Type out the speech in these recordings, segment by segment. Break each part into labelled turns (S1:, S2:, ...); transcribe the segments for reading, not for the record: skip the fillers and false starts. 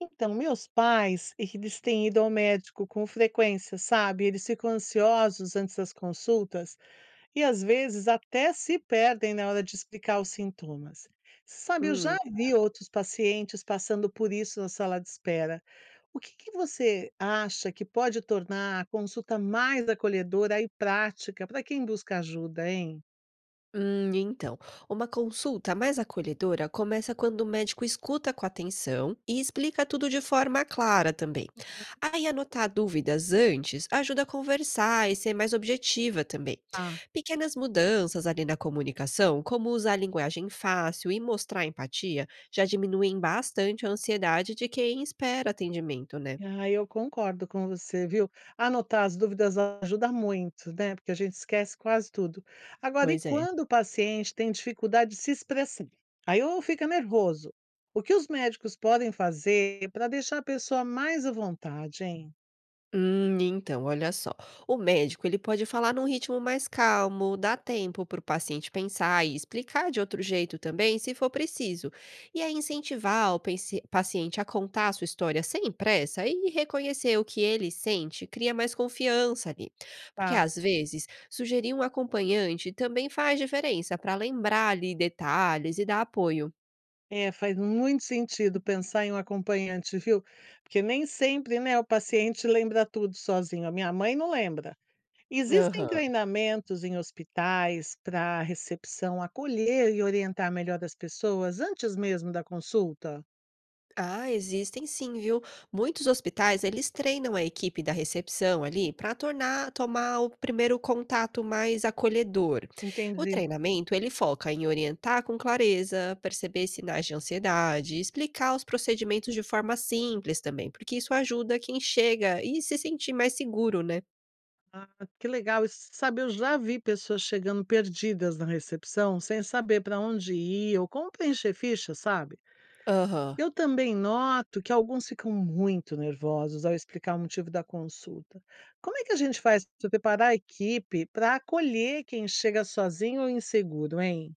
S1: Então, meus pais, eles têm ido ao médico com frequência, sabe? Eles ficam ansiosos antes das consultas e às vezes até se perdem na hora de explicar os sintomas. Sabe, eu já
S2: Hum.
S1: vi outros pacientes passando por isso na sala de espera. O que que você acha que pode tornar a consulta mais acolhedora e prática para quem busca ajuda, hein?
S2: Então, uma consulta mais acolhedora começa quando o médico escuta com atenção e explica tudo de forma clara também. Aí anotar dúvidas antes ajuda a conversar e ser mais objetiva também. Pequenas mudanças ali na comunicação, como usar a linguagem fácil e mostrar empatia, já diminuem bastante a ansiedade de quem espera atendimento, né?
S1: Ah, eu concordo com você, viu. Anotar as dúvidas ajuda muito, né, porque a gente esquece quase tudo. Agora, e
S2: Pois é.
S1: quando o paciente tem dificuldade de se expressar? Aí ou fica nervoso. O que os médicos podem fazer para deixar a pessoa mais à vontade, hein?
S2: Então, olha só. O médico, ele pode falar num ritmo mais calmo, dar tempo para o paciente pensar e explicar de outro jeito também, se for preciso. E aí incentivar o paciente a contar a sua história sem pressa e reconhecer o que ele sente, cria mais confiança ali. Porque
S1: Tá.
S2: às vezes, sugerir um acompanhante também faz diferença para lembrar ali detalhes e dar apoio.
S1: É, faz muito sentido pensar em um acompanhante, viu. Porque nem sempre, né, o paciente lembra tudo sozinho. A minha mãe não lembra. Existem
S2: Aham.
S1: treinamentos em hospitais para a recepção acolher e orientar melhor as pessoas antes mesmo da consulta?
S2: Ah, existem sim, viu? Muitos hospitais, eles treinam a equipe da recepção ali para tornar tomar o primeiro contato mais acolhedor. O
S1: Entendi.
S2: treinamento, ele foca em orientar com clareza, perceber sinais de ansiedade, explicar os procedimentos de forma simples também, porque isso ajuda quem chega e se sentir mais seguro, né?
S1: Ah, que legal. E sabe, eu já vi pessoas chegando perdidas na recepção, sem saber para onde ir ou como preencher ficha, sabe?
S2: Aham.
S1: Eu também noto que alguns ficam muito nervosos ao explicar o motivo da consulta. Como é que a gente faz para preparar a equipe para acolher quem chega sozinho ou inseguro, hein?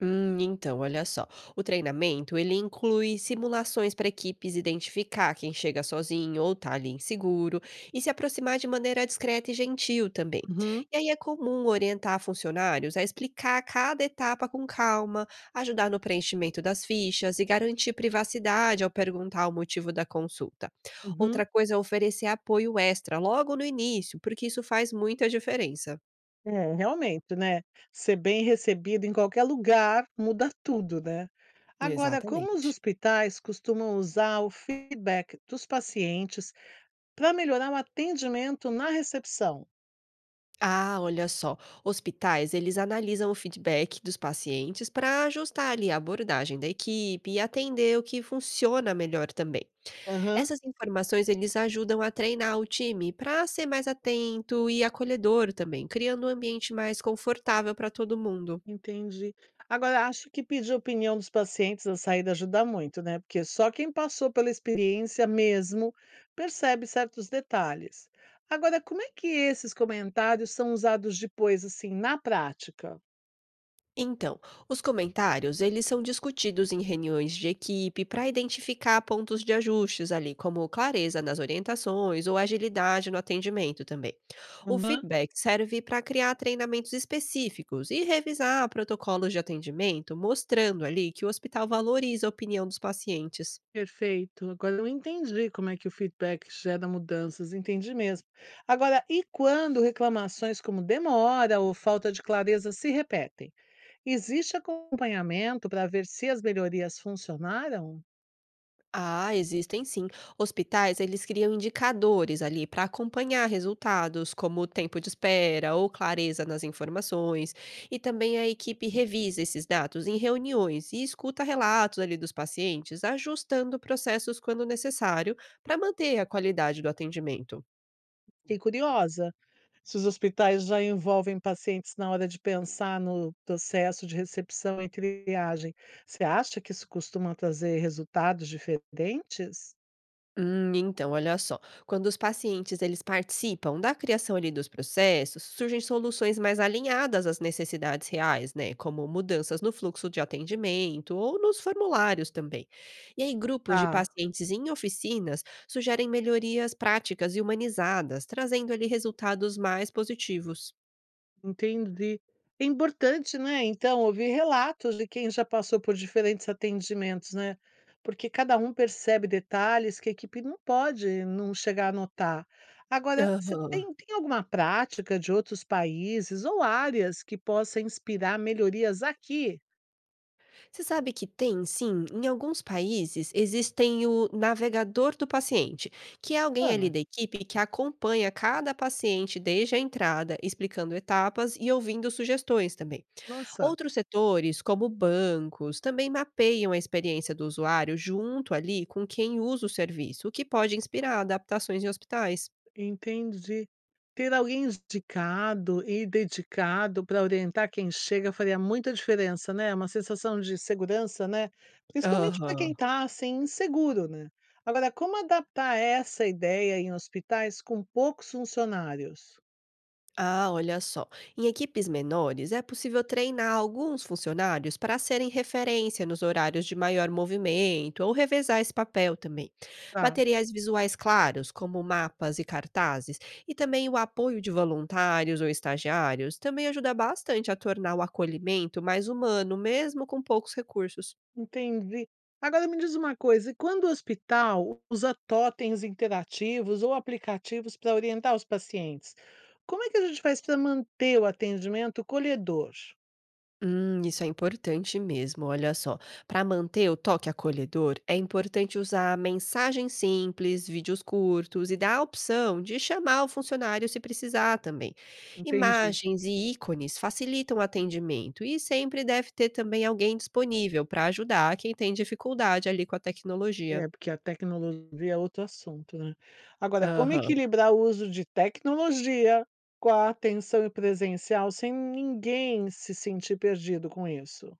S2: Então, olha só. O treinamento, ele inclui simulações para equipes identificar quem chega sozinho ou tá ali inseguro e se aproximar de maneira discreta e gentil também.
S1: Uhum,
S2: E aí é comum orientar funcionários a explicar cada etapa com calma, ajudar no preenchimento das fichas e garantir privacidade ao perguntar o motivo da consulta.
S1: uhum.
S2: Outra coisa é oferecer apoio extra logo no início, porque isso faz muita diferença.
S1: É, realmente, né, ser bem recebido em qualquer lugar muda tudo, né. Agora, como os
S2: Exatamente.
S1: hospitais costumam usar o feedback dos pacientes para melhorar o atendimento na recepção?
S2: Ah, olha só. Hospitais, eles analisam o feedback dos pacientes para ajustar ali a abordagem da equipe e atender o que funciona melhor também.
S1: Aham,
S2: Essas informações eles ajudam a treinar o time para ser mais atento e acolhedor também, criando um ambiente mais confortável para todo mundo.
S1: entendi. Agora, acho que pedir opinião dos pacientes na saída ajuda muito, né, porque só quem passou pela experiência mesmo percebe certos detalhes. Agora, como é que esses comentários são usados depois, assim, na prática?
S2: Então, os comentários, eles são discutidos em reuniões de equipe para identificar pontos de ajustes ali, como clareza nas orientações ou agilidade no atendimento também. O
S1: Aham.
S2: feedback serve para criar treinamentos específicos e revisar protocolos de atendimento, mostrando ali que o hospital valoriza a opinião dos pacientes.
S1: Perfeito. Agora eu entendi como é que o feedback gera mudanças, entendi mesmo. Agora, e quando reclamações como demora ou falta de clareza se repetem? Existe acompanhamento para ver se as melhorias funcionaram?
S2: Ah, existem sim. Hospitais, eles criam indicadores ali para acompanhar resultados, como o tempo de espera ou clareza nas informações. E também a equipe revisa esses dados em reuniões e escuta relatos ali dos pacientes, ajustando processos quando necessário para manter a qualidade do atendimento.
S1: Fiquei curiosa se os hospitais já envolvem pacientes na hora de pensar no processo de recepção e triagem. Você acha que isso costuma trazer resultados diferentes?
S2: Então, olha só. Quando os pacientes eles participam da criação ali dos processos, surgem soluções mais alinhadas às necessidades reais, né? Como mudanças no fluxo de atendimento ou nos formulários também. E aí, grupos de
S1: Ah.
S2: pacientes em oficinas sugerem melhorias práticas e humanizadas, trazendo ali resultados mais positivos.
S1: Entendi. É importante, né, então, ouvir relatos de quem já passou por diferentes atendimentos, né, porque cada um percebe detalhes que a equipe não pode não chegar a notar. Agora, você
S2: Aham.
S1: tem alguma prática de outros países ou áreas que possa inspirar melhorias aqui?
S2: Você sabe que tem sim, em alguns países existem o navegador do paciente, que é alguém ali
S1: Ah,
S2: da equipe que acompanha cada paciente desde a entrada, explicando etapas e ouvindo sugestões também.
S1: nossa.
S2: Outros setores, como bancos, também mapeiam a experiência do usuário junto ali com quem usa o serviço, o que pode inspirar adaptações em hospitais.
S1: Entendi. Ter alguém indicado e dedicado para orientar quem chega faria muita diferença, né, é uma sensação de segurança, né, principalmente para quem
S2: Aham.
S1: está, assim, inseguro, né. Agora como adaptar essa ideia em hospitais com poucos funcionários?
S2: Ah, olha só. Em equipes menores, é possível treinar alguns funcionários para serem referência nos horários de maior movimento ou revezar esse papel também.
S1: Tá,
S2: Materiais visuais claros, como mapas e cartazes, e também o apoio de voluntários ou estagiários, também ajuda bastante a tornar o acolhimento mais humano, mesmo com poucos recursos.
S1: entendi. Agora me diz uma coisa, e quando o hospital usa totens interativos ou aplicativos para orientar os pacientes, como é que a gente faz para manter o atendimento colhedor?
S2: Isso é importante mesmo, olha só. Para manter o toque acolhedor, é importante usar mensagens simples, vídeos curtos e dar a opção de chamar o funcionário se precisar também.
S1: Entendi.
S2: Imagens e ícones facilitam o atendimento e sempre deve ter também alguém disponível para ajudar quem tem dificuldade ali com a tecnologia.
S1: É, porque a tecnologia é outro assunto, né. Agora, como
S2: Aham.
S1: equilibrar o uso de tecnologia com a atenção presencial sem ninguém se sentir perdido com isso?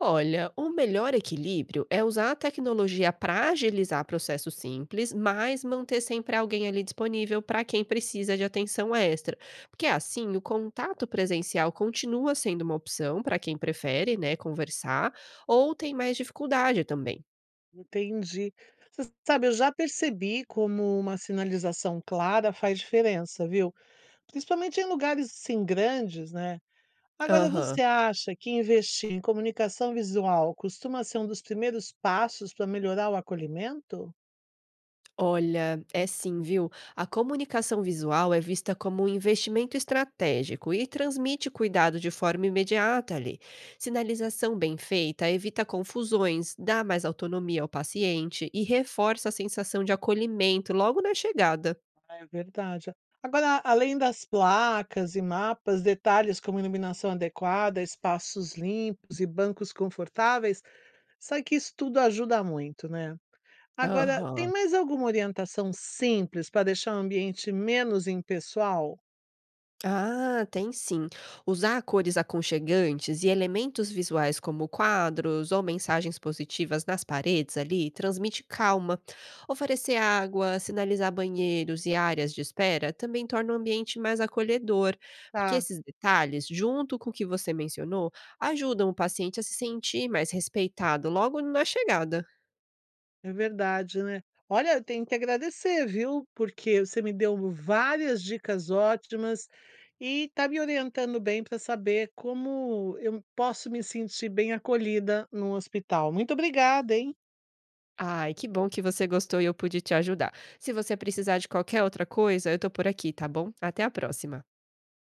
S2: Olha, o melhor equilíbrio é usar a tecnologia para agilizar processos simples, mas manter sempre alguém ali disponível para quem precisa de atenção extra. Porque assim, o contato presencial continua sendo uma opção para quem prefere, né, conversar ou tem mais dificuldade também.
S1: Entendi. Você sabe, eu já percebi como uma sinalização clara faz diferença, viu, principalmente em lugares, assim, grandes, né. Agora
S2: Aham.
S1: você acha que investir em comunicação visual costuma ser um dos primeiros passos para melhorar o acolhimento?
S2: Olha, é sim, viu? A comunicação visual é vista como um investimento estratégico e transmite cuidado de forma imediata ali. Sinalização bem feita evita confusões, dá mais autonomia ao paciente e reforça a sensação de acolhimento logo na chegada.
S1: É verdade. Agora, além das placas e mapas, detalhes como iluminação adequada, espaços limpos e bancos confortáveis, sabe que isso tudo ajuda muito, né? Agora, tem
S2: Aham.
S1: mais alguma orientação simples para deixar o ambiente menos impessoal?
S2: Ah, tem sim. Usar cores aconchegantes e elementos visuais como quadros ou mensagens positivas nas paredes ali transmite calma. Oferecer água, sinalizar banheiros e áreas de espera também torna o ambiente mais acolhedor, porque
S1: Tá?
S2: esses detalhes, junto com o que você mencionou, ajudam o paciente a se sentir mais respeitado logo na chegada.
S1: É verdade, né. Olha, eu tenho que agradecer, viu, porque você me deu várias dicas ótimas e está me orientando bem para saber como eu posso me sentir bem acolhida num hospital. Muito obrigada, hein.
S2: Ai, que bom que você gostou e eu pude te ajudar. Se você precisar de qualquer outra coisa, eu tô por aqui, tá bom? Até a próxima.